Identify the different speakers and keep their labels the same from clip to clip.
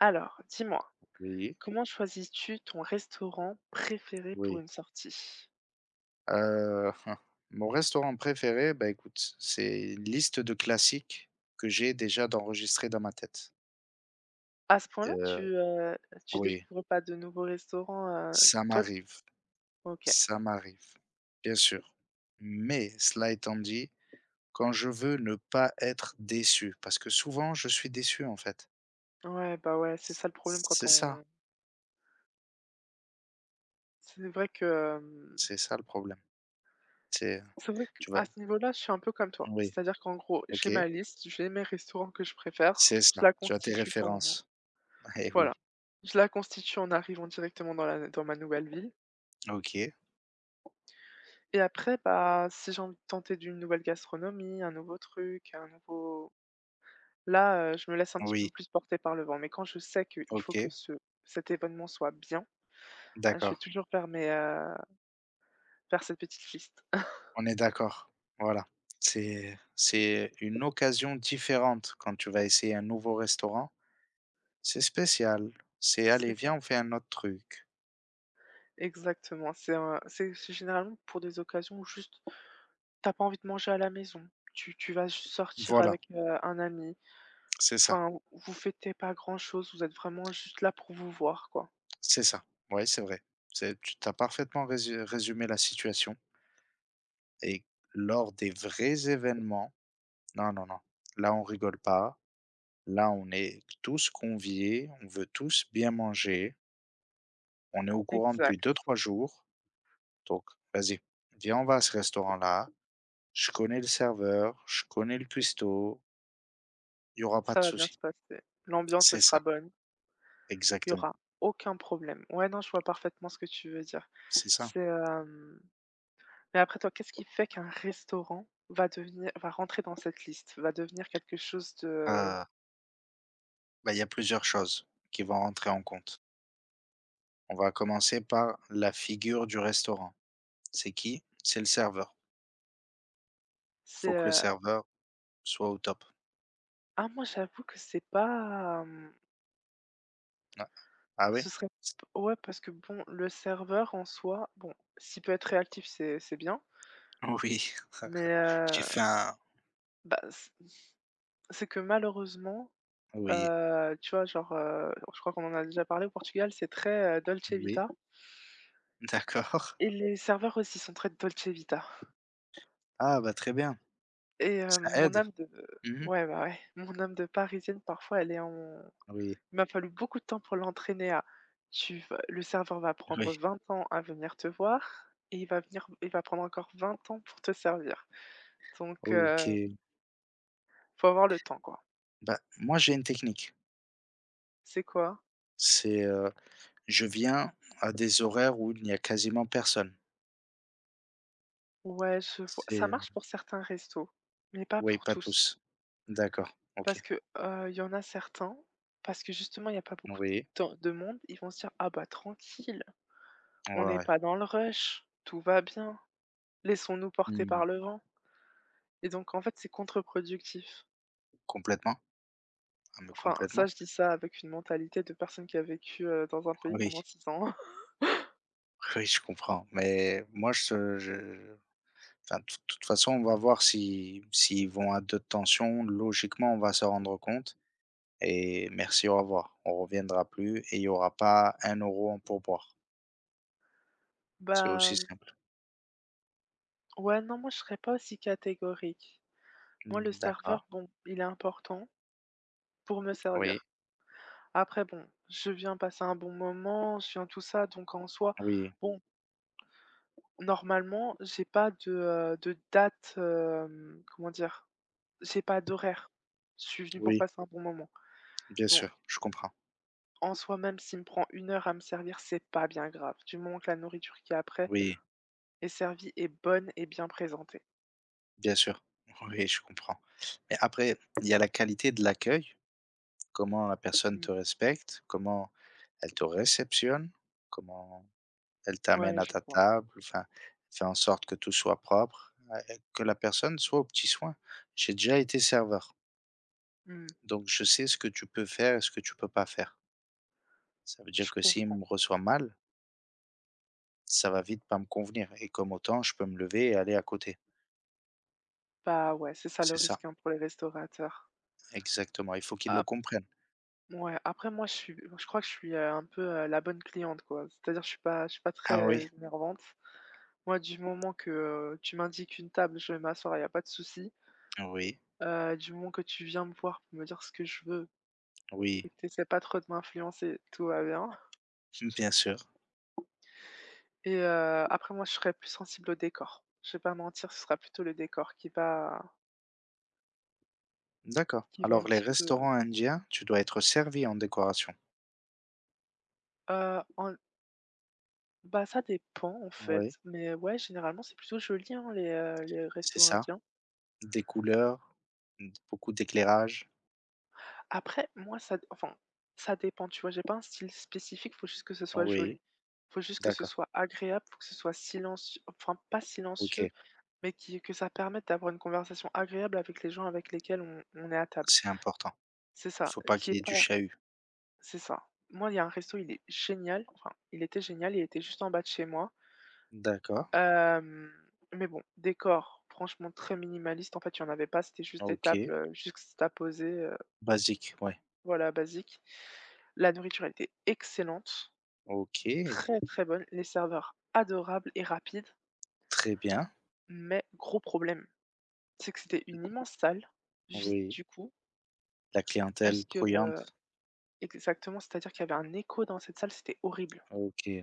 Speaker 1: Alors, dis-moi,
Speaker 2: Oui,
Speaker 1: comment choisis-tu ton restaurant préféré pour
Speaker 2: oui.
Speaker 1: une sortie?
Speaker 2: Heu, mon restaurant préféré, bah, écoute, c'est une liste de classiques que j'ai déjà d'enregistrés dans ma tête.
Speaker 1: À ce point-là, tu,
Speaker 2: Heu,
Speaker 1: heu, tu
Speaker 2: oui,
Speaker 1: découvres pas de nouveaux restaurants,
Speaker 2: ça
Speaker 1: toi.
Speaker 2: m'arrive,
Speaker 1: OK.
Speaker 2: ça m'arrive, bien sûr. Mais cela étant dit, quand je veux ne pas être déçu, parce que souvent je suis déçu, en fait.
Speaker 1: Ouais, bah, ouais, c'est ça le problème quand
Speaker 2: C'est ça,
Speaker 1: on. c'est vrai que, hem,
Speaker 2: c'est ça le problème. C'est,
Speaker 1: c'est vrai
Speaker 2: tu
Speaker 1: qu'à
Speaker 2: vas
Speaker 1: ce niveau-là, je suis un peu comme toi.
Speaker 2: Oui,
Speaker 1: C'est-à-dire qu'en gros, j'ai
Speaker 2: OK,
Speaker 1: ma liste, j'ai mes restaurants que je préfère,
Speaker 2: c'est
Speaker 1: je
Speaker 2: ça,
Speaker 1: la
Speaker 2: tu as tes
Speaker 1: constitue quand.
Speaker 2: références. Eh
Speaker 1: Voilà.
Speaker 2: oui.
Speaker 1: Je la constitue en arrivant directement dans la dans ma nouvelle ville
Speaker 2: OK,
Speaker 1: et après, bah, si j'ai envie de tenter d'une nouvelle gastronomie, un nouveau truc, un nouveau là, je me laisse un petit
Speaker 2: oui,
Speaker 1: peu plus porter par le vent, mais quand je sais qu'il faut que
Speaker 2: OK,
Speaker 1: ce cet événement soit bien, ah, je vais
Speaker 2: d'accord.
Speaker 1: toujours faire cette petite liste.
Speaker 2: On est d'accord, voilà. C'est une occasion différente quand tu vas essayer un nouveau restaurant. C'est spécial, c'est: «Allez,
Speaker 1: C'est
Speaker 2: viens,
Speaker 1: ça.
Speaker 2: on fait un autre truc».
Speaker 1: Exactement, c'est un c'est généralement pour des occasions où juste t'as pas envie de manger à la maison, tu vas juste sortir
Speaker 2: Voilà,
Speaker 1: avec, un ami,
Speaker 2: c'est ça,
Speaker 1: enfin, vous fêtez pas grand-chose, vous êtes vraiment juste là pour vous voir, quoi.
Speaker 2: c'est ça. Oui, c'est vrai. C'est Tu as parfaitement résumé la situation et lors des vrais événements, non, non, non, là, on rigole pas. Là, on est tous conviés, on veut tous bien manger. On est au courant depuis
Speaker 1: Exact,
Speaker 2: deux trois jours, donc vas-y, viens, on va à ce restaurant-là. Je connais le serveur, je connais le cuistot, il y aura pas
Speaker 1: ça
Speaker 2: de
Speaker 1: va bien
Speaker 2: souci.
Speaker 1: se passer. L'ambiance, elle
Speaker 2: C'est
Speaker 1: sera
Speaker 2: ça,
Speaker 1: bonne, il y
Speaker 2: exactement,
Speaker 1: aura aucun problème. Ouais, non, je vois parfaitement ce que tu veux dire.
Speaker 2: c'est ça.
Speaker 1: C'est, hem Mais après toi, qu'est-ce qui fait qu'un restaurant va rentrer dans cette liste, va devenir quelque chose de.
Speaker 2: Heu, Bah, il y a plusieurs choses qui vont rentrer en compte. On va commencer par la figure du restaurant. C'est qui? C'est le serveur. Il
Speaker 1: c'est,
Speaker 2: faut que le
Speaker 1: heu
Speaker 2: serveur soit au top.
Speaker 1: ah moi j'avoue que c'est pas,
Speaker 2: Ah ah ouais?
Speaker 1: ce serait. Ouais, parce que bon, le serveur en soi, bon, s'il peut être réactif, c'est bien,
Speaker 2: Oui,
Speaker 1: mais,
Speaker 2: j'ai fait un
Speaker 1: bah, c'est que malheureusement,
Speaker 2: oui,
Speaker 1: tu vois genre, je crois qu'on en a déjà parlé au Portugal, c'est très, dolce
Speaker 2: oui,
Speaker 1: vita
Speaker 2: d'accord.
Speaker 1: et les serveurs aussi sont très dolce vita.
Speaker 2: Ah bah, très bien,
Speaker 1: Et
Speaker 2: ça
Speaker 1: mon
Speaker 2: aide.
Speaker 1: âme de
Speaker 2: Mmh.
Speaker 1: Ouais, bah, ouais, mon âme de Parisienne, parfois, elle est en.
Speaker 2: Oui,
Speaker 1: Il m'a fallu beaucoup de temps pour l'entraîner à. Tu vas, le serveur va prendre
Speaker 2: oui,
Speaker 1: 20 ans à venir te voir et il va prendre encore 20 ans pour te servir. Donc,
Speaker 2: OK.
Speaker 1: faut avoir le temps, quoi.
Speaker 2: Bah, moi j'ai une technique,
Speaker 1: C'est quoi?
Speaker 2: c'est, heu je viens à des horaires où il n'y a quasiment personne.
Speaker 1: Ouais, je vois,
Speaker 2: C'est,
Speaker 1: ça
Speaker 2: heu
Speaker 1: marche pour certains restos, mais pas
Speaker 2: oui,
Speaker 1: pour
Speaker 2: pas
Speaker 1: tous.
Speaker 2: tous. D'accord, OK.
Speaker 1: Parce que, il y en a certains, parce que justement, il y a pas beaucoup
Speaker 2: Oui,
Speaker 1: de monde, ils vont se dire: «Ah bah, tranquille,
Speaker 2: ouais,
Speaker 1: on n'est
Speaker 2: ouais.
Speaker 1: pas dans le rush, tout va bien». Laissons-nous porter
Speaker 2: Mmh.
Speaker 1: par le vent et donc en fait, c'est contre-productif.
Speaker 2: Complètement, ah mais
Speaker 1: Enfin, ça,
Speaker 2: complètement.
Speaker 1: je dis ça avec une mentalité de personne qui a vécu, dans un pays
Speaker 2: Oui,
Speaker 1: pendant six ans.
Speaker 2: oui, je comprends, mais moi je enfin, de toute façon, on va voir si s'ils vont à 2 tensions, logiquement, on va se rendre compte et merci, au revoir. On reviendra plus et il n'y aura pas un euro en pourboire. C'est aussi
Speaker 1: Bah,
Speaker 2: simple.
Speaker 1: ouais, non, moi, je serais pas aussi catégorique. Moi, le
Speaker 2: Mmh, d'accord.
Speaker 1: serveur, bon, il est important pour me
Speaker 2: Oui,
Speaker 1: servir. Après, bon, je viens passer un bon moment, je viens tout ça, donc en soi,
Speaker 2: oui,
Speaker 1: bon, normalement, j'ai pas de, de date, comment dire? J'ai pas d'horaire. Je suis venue pour
Speaker 2: oui,
Speaker 1: passer un bon moment.
Speaker 2: bien
Speaker 1: Donc,
Speaker 2: sûr, je comprends.
Speaker 1: en soi même, s'il me prend une heure à me servir, c'est pas bien grave, du moment que la nourriture qui est après
Speaker 2: Oui.
Speaker 1: est servie est bonne et bien présentée.
Speaker 2: Bien sûr, oui, je comprends. Mais après, il y a la qualité de l'accueil, comment la personne
Speaker 1: Mmh.
Speaker 2: te respecte, comment elle te réceptionne, comment elle t'amène
Speaker 1: Ouais,
Speaker 2: à
Speaker 1: je
Speaker 2: ta
Speaker 1: vois.
Speaker 2: table, enfin, fait en sorte que tout soit propre, que la personne soit au petit soin. J'ai déjà été serveur,
Speaker 1: Mmh.
Speaker 2: donc je sais ce que tu peux faire et ce que tu peux pas faire. Ça veut dire
Speaker 1: Je
Speaker 2: que s'il
Speaker 1: comprends.
Speaker 2: me reçoit mal, ça va vite pas me convenir. Et comme autant, je peux me lever et aller à côté.
Speaker 1: Bah, ouais, c'est ça le
Speaker 2: C'est ça,
Speaker 1: risque, hein, pour les restaurateurs.
Speaker 2: exactement. Il faut qu'il le
Speaker 1: Ap
Speaker 2: comprenne.
Speaker 1: Ouais, après moi je crois que je suis, un peu, la bonne cliente, quoi. C'est-à-dire je suis pas
Speaker 2: Ah oui,
Speaker 1: très énervante. Moi, du moment que, tu m'indiques une table, je vais m'asseoir, il y a pas de souci.
Speaker 2: oui,
Speaker 1: Du moment que tu viens me voir pour me dire ce que je veux
Speaker 2: oui.
Speaker 1: et que tu essaies pas trop de m'influencer, tout va bien.
Speaker 2: Bien sûr.
Speaker 1: Et après moi je serais plus sensible au décor. Je vais pas mentir, ce sera plutôt le décor qui va.
Speaker 2: D'accord.
Speaker 1: Qui va un
Speaker 2: Alors les
Speaker 1: petit peu,
Speaker 2: restaurants indiens, tu dois être servi en décoration.
Speaker 1: en bah, ça dépend en fait,
Speaker 2: Oui,
Speaker 1: mais ouais, généralement c'est plutôt joli, hein, les
Speaker 2: c'est
Speaker 1: restos
Speaker 2: ça.
Speaker 1: indiens.
Speaker 2: Des couleurs, beaucoup d'éclairage.
Speaker 1: Après moi ça enfin, ça dépend, tu vois? J'ai pas un style spécifique, faut juste que ce soit
Speaker 2: Oui,
Speaker 1: joli. Faut juste que ce
Speaker 2: d'accord.
Speaker 1: soit agréable, faut que ce soit silencieux enfin pas silencieux,
Speaker 2: Ok,
Speaker 1: mais qui que ça permette d'avoir une conversation agréable avec les gens avec lesquels on est à table.
Speaker 2: c'est important.
Speaker 1: C'est
Speaker 2: Il
Speaker 1: ça,
Speaker 2: faut pas
Speaker 1: qui est
Speaker 2: qu'il y ait du
Speaker 1: pas.
Speaker 2: chahut.
Speaker 1: C'est ça. Moi, il y a un resto, il est génial. Enfin, il était génial, il était juste en bas de chez moi.
Speaker 2: D'accord.
Speaker 1: Hem, mais bon, décor, franchement très minimaliste. En fait, il y en avait pas, c'était juste des tables,
Speaker 2: Ok.
Speaker 1: heu, juxtaposées,
Speaker 2: Basique, ouais.
Speaker 1: voilà, basiques. La nourriture, elle était excellente,
Speaker 2: Ok.
Speaker 1: très, très bonne. Les serveurs adorables et rapides,
Speaker 2: Très bien.
Speaker 1: mais gros problème, c'est que c'était une immense salle, vide
Speaker 2: Oui.
Speaker 1: du coup,
Speaker 2: La clientèle
Speaker 1: puisque, heu
Speaker 2: bruyante.
Speaker 1: exactement, c'est-à-dire qu'il y avait un écho dans cette salle, c'était horrible.
Speaker 2: Ok.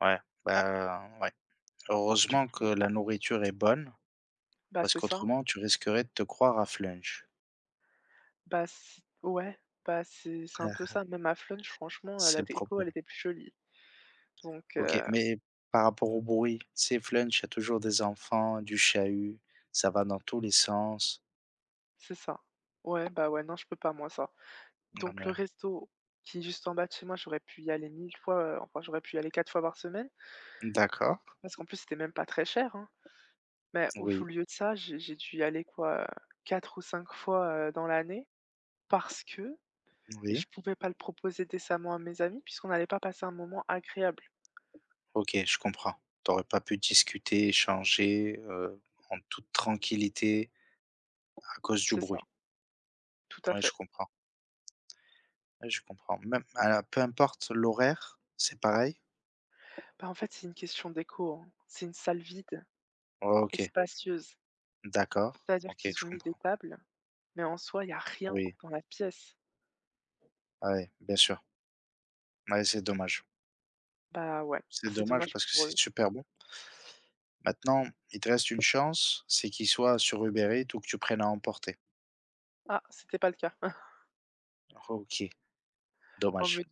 Speaker 2: Ouais. Bah, ouais.
Speaker 1: Du
Speaker 2: Heureusement que
Speaker 1: coup,
Speaker 2: la nourriture est bonne,
Speaker 1: bah,
Speaker 2: parce
Speaker 1: c'est ça.
Speaker 2: qu'autrement, tu risquerais de te croire à Flunch.
Speaker 1: Bah, c ouais, bah, c'est un peu ça. Même à Flunch, franchement,
Speaker 2: C'est
Speaker 1: la
Speaker 2: le
Speaker 1: déco,
Speaker 2: problème.
Speaker 1: elle était plus jolie. Donc
Speaker 2: OK,
Speaker 1: heu,
Speaker 2: mais par rapport au bruit, c'est Flunch, il y a toujours des enfants, du chahut, ça va dans tous les sens.
Speaker 1: c'est ça. Ouais, bah, ouais, non, je peux pas moi ça.
Speaker 2: Non,
Speaker 1: Donc le
Speaker 2: mais
Speaker 1: resto qui est juste en bas de chez moi, j'aurais pu y aller 1000 fois, enfin, j'aurais pu y aller 4 fois par semaine
Speaker 2: d'accord,
Speaker 1: parce qu'en plus, c'était même pas très cher, hein. Mais au
Speaker 2: oui,
Speaker 1: lieu de ça, j'ai dû y aller quoi, quatre ou 5 fois, dans l'année parce que
Speaker 2: oui,
Speaker 1: je pouvais pas le proposer décemment à mes amis puisqu'on n'allait pas passer un moment agréable.
Speaker 2: OK, je comprends. T'aurais pas pu discuter, échanger, en toute tranquillité à cause du
Speaker 1: C'est ça,
Speaker 2: bruit.
Speaker 1: tout à
Speaker 2: Oui, je
Speaker 1: fait.
Speaker 2: comprends, ouais, je comprends. Même alors peu importe l'horaire, c'est pareil?
Speaker 1: Bah, en fait, c'est une question d'éco, hein. C'est une salle vide.
Speaker 2: Oh,
Speaker 1: Et
Speaker 2: OK,
Speaker 1: spacieuse.
Speaker 2: d'accord,
Speaker 1: C'est-à-dire
Speaker 2: OK, je
Speaker 1: qu'ils ont mis des
Speaker 2: comprends.
Speaker 1: tables, mais en soi, il y a rien
Speaker 2: Oui,
Speaker 1: dans la pièce.
Speaker 2: ouais, bien sûr. Ouais, c'est dommage.
Speaker 1: Bah, ouais,
Speaker 2: C'est
Speaker 1: c'est
Speaker 2: dommage
Speaker 1: dommage
Speaker 2: parce que
Speaker 1: pour
Speaker 2: c'est
Speaker 1: eux.
Speaker 2: super beau. Maintenant, il te reste une chance, c'est qu'il soit sur Uber Eats ou que tu prennes à emporter.
Speaker 1: Ah, c'était pas le cas.
Speaker 2: OK,
Speaker 1: En
Speaker 2: dommage.
Speaker 1: Mais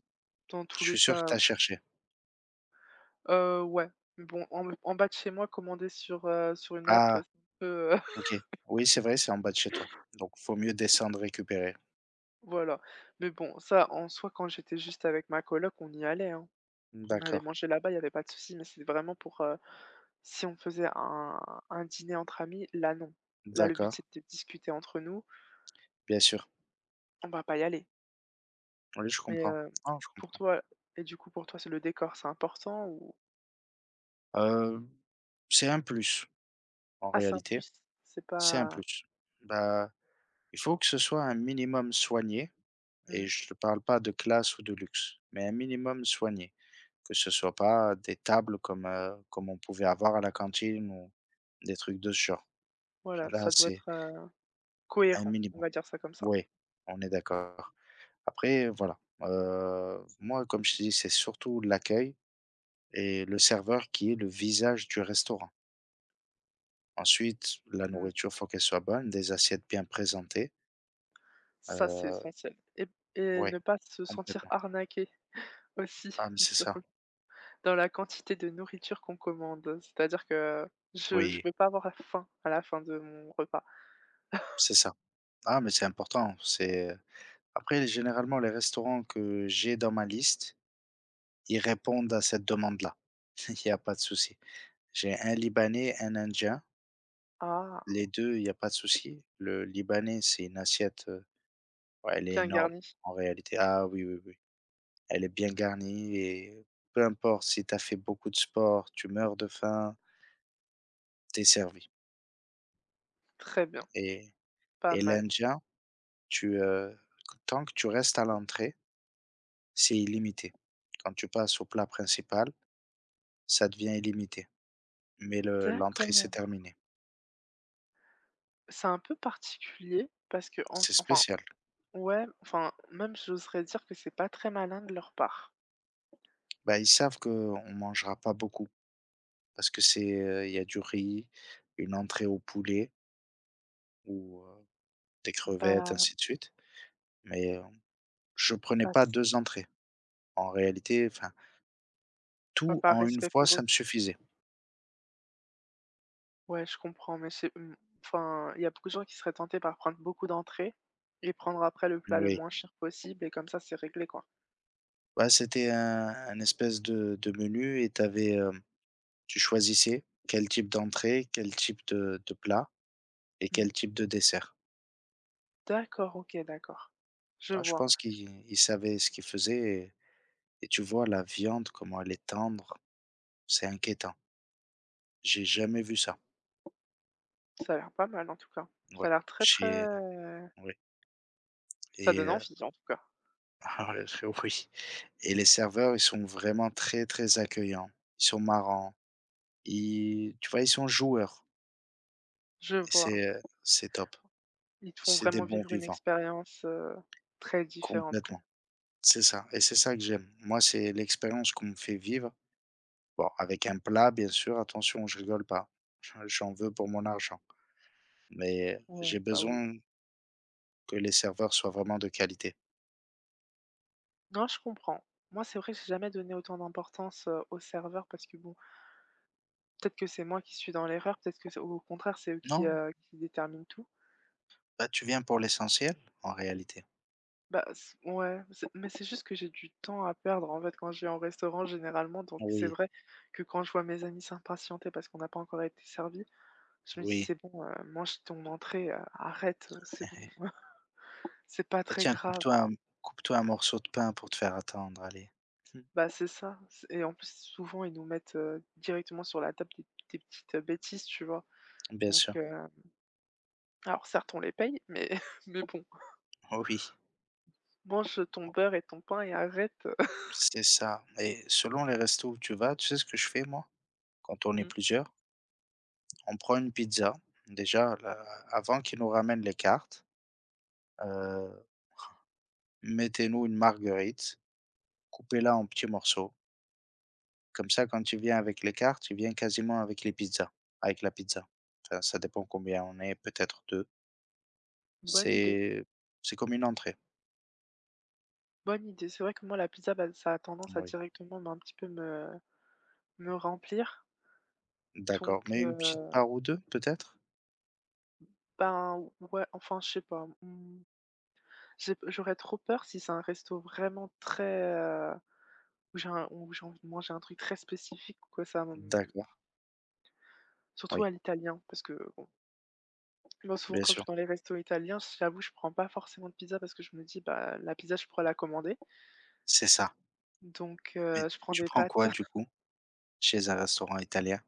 Speaker 1: dans
Speaker 2: Je
Speaker 1: tous les
Speaker 2: suis sûr que
Speaker 1: cas,
Speaker 2: tu as cherché.
Speaker 1: ouais, mais bon, en bas de chez moi, commander sur, sur une app, c'est
Speaker 2: Ah,
Speaker 1: un peu,
Speaker 2: OK. Oui, c'est vrai, c'est en bas de chez toi. Donc, faut mieux descendre récupérer.
Speaker 1: voilà. Mais bon, ça, en soi, quand j'étais juste avec ma coloc, on y allait, hein. On allait
Speaker 2: D'accord,
Speaker 1: manger là-bas, il y avait pas de souci, mais c'est vraiment pour, si on faisait un dîner entre amis, là, non. Là, le but,
Speaker 2: d'accord,
Speaker 1: c'était de discuter entre nous,
Speaker 2: bien sûr.
Speaker 1: on va pas y aller.
Speaker 2: Oui, je
Speaker 1: Mais,
Speaker 2: comprends. Ah, je
Speaker 1: pour
Speaker 2: comprends.
Speaker 1: toi et du coup pour toi c'est le décor, c'est important ou.
Speaker 2: Heu, c'est un plus en
Speaker 1: Ah, c'est un
Speaker 2: réalité,
Speaker 1: plus, c'est
Speaker 2: c'est un
Speaker 1: pas.
Speaker 2: plus. Bah, il faut que ce soit un minimum soigné. Et
Speaker 1: Mmh,
Speaker 2: je ne parle pas de classe ou de luxe, mais un minimum soigné. Que ce soit pas des tables comme, comme on pouvait avoir à la cantine ou des trucs de ce genre.
Speaker 1: voilà,
Speaker 2: Là,
Speaker 1: ça doit
Speaker 2: c'est
Speaker 1: être,
Speaker 2: un
Speaker 1: cohérent, on
Speaker 2: minimum.
Speaker 1: va dire ça comme ça.
Speaker 2: Oui, on est d'accord. Après, voilà, moi, comme je t'ai dit, c'est surtout l'accueil et le serveur qui est le visage du restaurant. Ensuite, la
Speaker 1: Mmh.
Speaker 2: nourriture, faut qu'elle soit bonne, des assiettes bien présentées,
Speaker 1: Ça c'est
Speaker 2: heu,
Speaker 1: essentiel, et
Speaker 2: ouais,
Speaker 1: ne pas se sentir
Speaker 2: complètement.
Speaker 1: arnaqué aussi,
Speaker 2: Ah, mais c'est
Speaker 1: dans
Speaker 2: ça,
Speaker 1: la quantité de nourriture qu'on commande. C'est-à-dire que je
Speaker 2: oui,
Speaker 1: veux pas avoir faim à la fin de mon repas.
Speaker 2: c'est ça. Ah, mais c'est important. C'est Après, généralement, les restaurants que j'ai dans ma liste, ils répondent à cette demande-là. Il n'y a pas de souci. J'ai un libanais, un indien.
Speaker 1: Ah,
Speaker 2: Les 2, il n'y a pas de souci. Le libanais, c'est une assiette, ouais, elle est
Speaker 1: bien
Speaker 2: énorme
Speaker 1: garni,
Speaker 2: en réalité. Ah oui, oui, oui, elle est bien garnie et peu importe si tu as fait beaucoup de sport, tu meurs de faim. T'es servi
Speaker 1: très bien,
Speaker 2: et
Speaker 1: pas
Speaker 2: et
Speaker 1: mal.
Speaker 2: l'indien, tu, heu, tant que tu restes à l'entrée, c'est illimité. Quand tu passes au plat principal, ça devient illimité. Mais le l'entrée, c'est
Speaker 1: D'accord.
Speaker 2: terminé.
Speaker 1: C'est un peu particulier parce que en
Speaker 2: C'est
Speaker 1: enfin.
Speaker 2: spécial.
Speaker 1: Ouais, enfin, même j'oserais dire que c'est pas très malin de leur part.
Speaker 2: Bah, ils savent qu'on ne mangera pas beaucoup parce que il y a du riz, une entrée au poulet ou, des crevettes,
Speaker 1: Bah,
Speaker 2: ainsi de suite. Mais, je prenais
Speaker 1: bah,
Speaker 2: pas
Speaker 1: c-
Speaker 2: 2 entrées. En réalité, enfin,
Speaker 1: bah,
Speaker 2: tout
Speaker 1: par
Speaker 2: en une
Speaker 1: respect
Speaker 2: fois,
Speaker 1: pour eux.
Speaker 2: ça me suffisait.
Speaker 1: Ouais, je comprends, mais c'est, enfin, il y a beaucoup de gens qui seraient tentés par prendre beaucoup d'entrées et prendre après le plat le
Speaker 2: Oui.
Speaker 1: moins cher possible et comme ça c'est réglé quoi.
Speaker 2: Bah, c'était un espèce de menu et tu avais, tu choisissais quel type d'entrée, quel type de plat et
Speaker 1: Hmm.
Speaker 2: quel type de dessert.
Speaker 1: D'accord, ok, d'accord. Je
Speaker 2: Ah, je
Speaker 1: vois.
Speaker 2: pense qu'ils savaient ce qu'ils faisaient. Et tu vois la viande, comment elle est tendre, c'est inquiétant. J'ai jamais vu ça.
Speaker 1: Ça a l'air pas mal en tout cas. Ça
Speaker 2: Ouais,
Speaker 1: a l'air très
Speaker 2: chez
Speaker 1: très.
Speaker 2: oui
Speaker 1: Ça
Speaker 2: et
Speaker 1: donne envie en tout cas.
Speaker 2: oui et les serveurs, ils sont vraiment très, très accueillants. Ils sont marrants, ils tu vois, ils sont joueurs
Speaker 1: Je
Speaker 2: et
Speaker 1: vois.
Speaker 2: c'est top.
Speaker 1: Ils te font
Speaker 2: C'est des
Speaker 1: vraiment
Speaker 2: bons
Speaker 1: vivre une
Speaker 2: vivants,
Speaker 1: expérience, très différente quoi.
Speaker 2: complètement. C'est ça et c'est ça que j'aime. Moi, c'est l'expérience qu'on me fait vivre. Bon, avec un plat, bien sûr, attention, je rigole pas. J'en veux pour mon argent, mais
Speaker 1: Ouais,
Speaker 2: j'ai
Speaker 1: bah oui.
Speaker 2: besoin que les serveurs soient vraiment de qualité.
Speaker 1: Non, je comprends. Moi, c'est vrai que j'ai jamais donné autant d'importance, aux serveurs parce que bon, peut-être que c'est moi qui suis dans l'erreur, peut-être que c'est au contraire, c'est eux qui,
Speaker 2: Non,
Speaker 1: heu, qui déterminent tout.
Speaker 2: bah, tu viens pour l'essentiel, en réalité.
Speaker 1: Bah, c ouais, c'est mais c'est juste que j'ai du temps à perdre, en fait, quand je vais en restaurant généralement, donc c'est
Speaker 2: Oui,
Speaker 1: vrai que quand je vois mes amis s'impatienter parce qu'on n'a pas encore été servis, je me dis:
Speaker 2: oui.
Speaker 1: «C'est bon, mange ton entrée, arrête, c'est bon, c'est pas
Speaker 2: Bah,
Speaker 1: très
Speaker 2: tiens,
Speaker 1: grave».
Speaker 2: coupe-toi un morceau de pain pour te faire attendre, allez. Hmm.
Speaker 1: Bah, c'est ça, c'est et en plus, souvent, ils nous mettent, directement sur la table des petites, bêtises, tu vois?
Speaker 2: Bien sûr,
Speaker 1: Donc heu Alors certes, on les paye, mais mais bon,
Speaker 2: oui,
Speaker 1: mange ton beurre et ton pain et arrête,
Speaker 2: c'est ça et selon les restos où tu vas, tu sais ce que je fais moi? Quand on est
Speaker 1: mmh,
Speaker 2: plusieurs, on prend une pizza. Déjà, là, avant qu'ils nous ramènent les cartes, heu, mettez-nous une marguerite, coupez-la en petits morceaux. Comme ça, quand tu viens avec les cartes, tu viens quasiment avec la pizza. Enfin, ça dépend combien on est, peut-être 2.
Speaker 1: bonne idée,
Speaker 2: C'est c'est comme une entrée,
Speaker 1: bonne idée. C'est vrai que moi, la pizza, bah, ça a tendance à
Speaker 2: oui,
Speaker 1: directement, bah, un petit peu me remplir donc,
Speaker 2: d'accord, mais une petite part ou 2 peut-être?
Speaker 1: ben, ouais, enfin, je sais pas, mmh, j'aurais trop peur si c'est un resto vraiment très, où j'ai envie de manger un truc très spécifique quoi, ça me.
Speaker 2: D'accord,
Speaker 1: Surtout
Speaker 2: oui,
Speaker 1: à l'italien parce que bon, moi, souvent,
Speaker 2: bien
Speaker 1: quand je vais
Speaker 2: sûr,
Speaker 1: dans les restos italiens, j'avoue, je prends pas forcément de pizza parce que je me dis: «Bah, la pizza, je pourrais la commander».
Speaker 2: c'est ça,
Speaker 1: Donc,
Speaker 2: mais
Speaker 1: je prends
Speaker 2: tu
Speaker 1: des
Speaker 2: prends
Speaker 1: pâtes,
Speaker 2: quoi du coup? Chez un restaurant italien?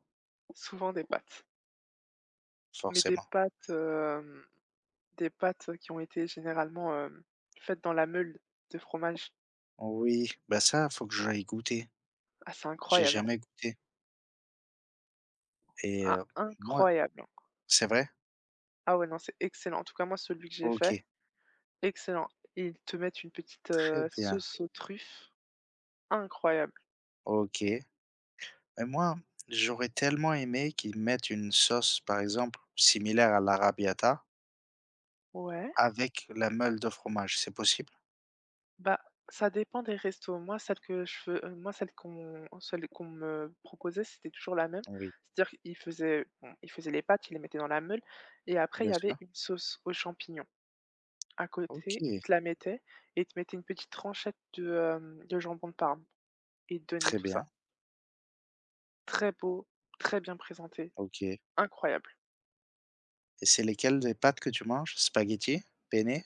Speaker 1: souvent des pâtes, mais des
Speaker 2: Forcément.
Speaker 1: pâtes, qui ont été généralement, faites dans la meule de fromage.
Speaker 2: Oui, bah, ça, faut que j'aille goûter.
Speaker 1: Ah, c'est
Speaker 2: J'ai
Speaker 1: incroyable, hein!
Speaker 2: jamais goûté et
Speaker 1: Ah,
Speaker 2: moi
Speaker 1: incroyable, hein!
Speaker 2: c'est vrai?
Speaker 1: Ah ouais, non, c'est excellent. En tout cas, moi, celui que j'ai fait,
Speaker 2: OK,
Speaker 1: excellent. Et ils te mettent une petite,
Speaker 2: très bien,
Speaker 1: sauce aux truffes, incroyable.
Speaker 2: OK, mais moi, j'aurais tellement aimé qu'ils mettent une sauce, par exemple, similaire à l'arrabbiata
Speaker 1: Ouais.
Speaker 2: avec la meule de fromage, c'est possible?
Speaker 1: Bah, ça dépend des restos. Moi, celle que je fais, moi, celle qu'on me proposait, c'était toujours la même.
Speaker 2: Oui,
Speaker 1: C'est-à-dire qu'ils faisaient bon, ils faisaient les pâtes, ils les mettaient dans la meule et après il y
Speaker 2: bien
Speaker 1: avait
Speaker 2: sûr.
Speaker 1: une sauce aux champignons. À
Speaker 2: OK,
Speaker 1: côté, ils te la mettaient et ils te mettaient une petite tranchette de, de jambon de Parme et ils te donnaient
Speaker 2: très
Speaker 1: tout ça.
Speaker 2: bien.
Speaker 1: Très beau, très bien présenté,
Speaker 2: OK et
Speaker 1: incroyable.
Speaker 2: c'est lesquelles des pâtes que tu manges? Spaghettis? Penne?
Speaker 1: Mmh.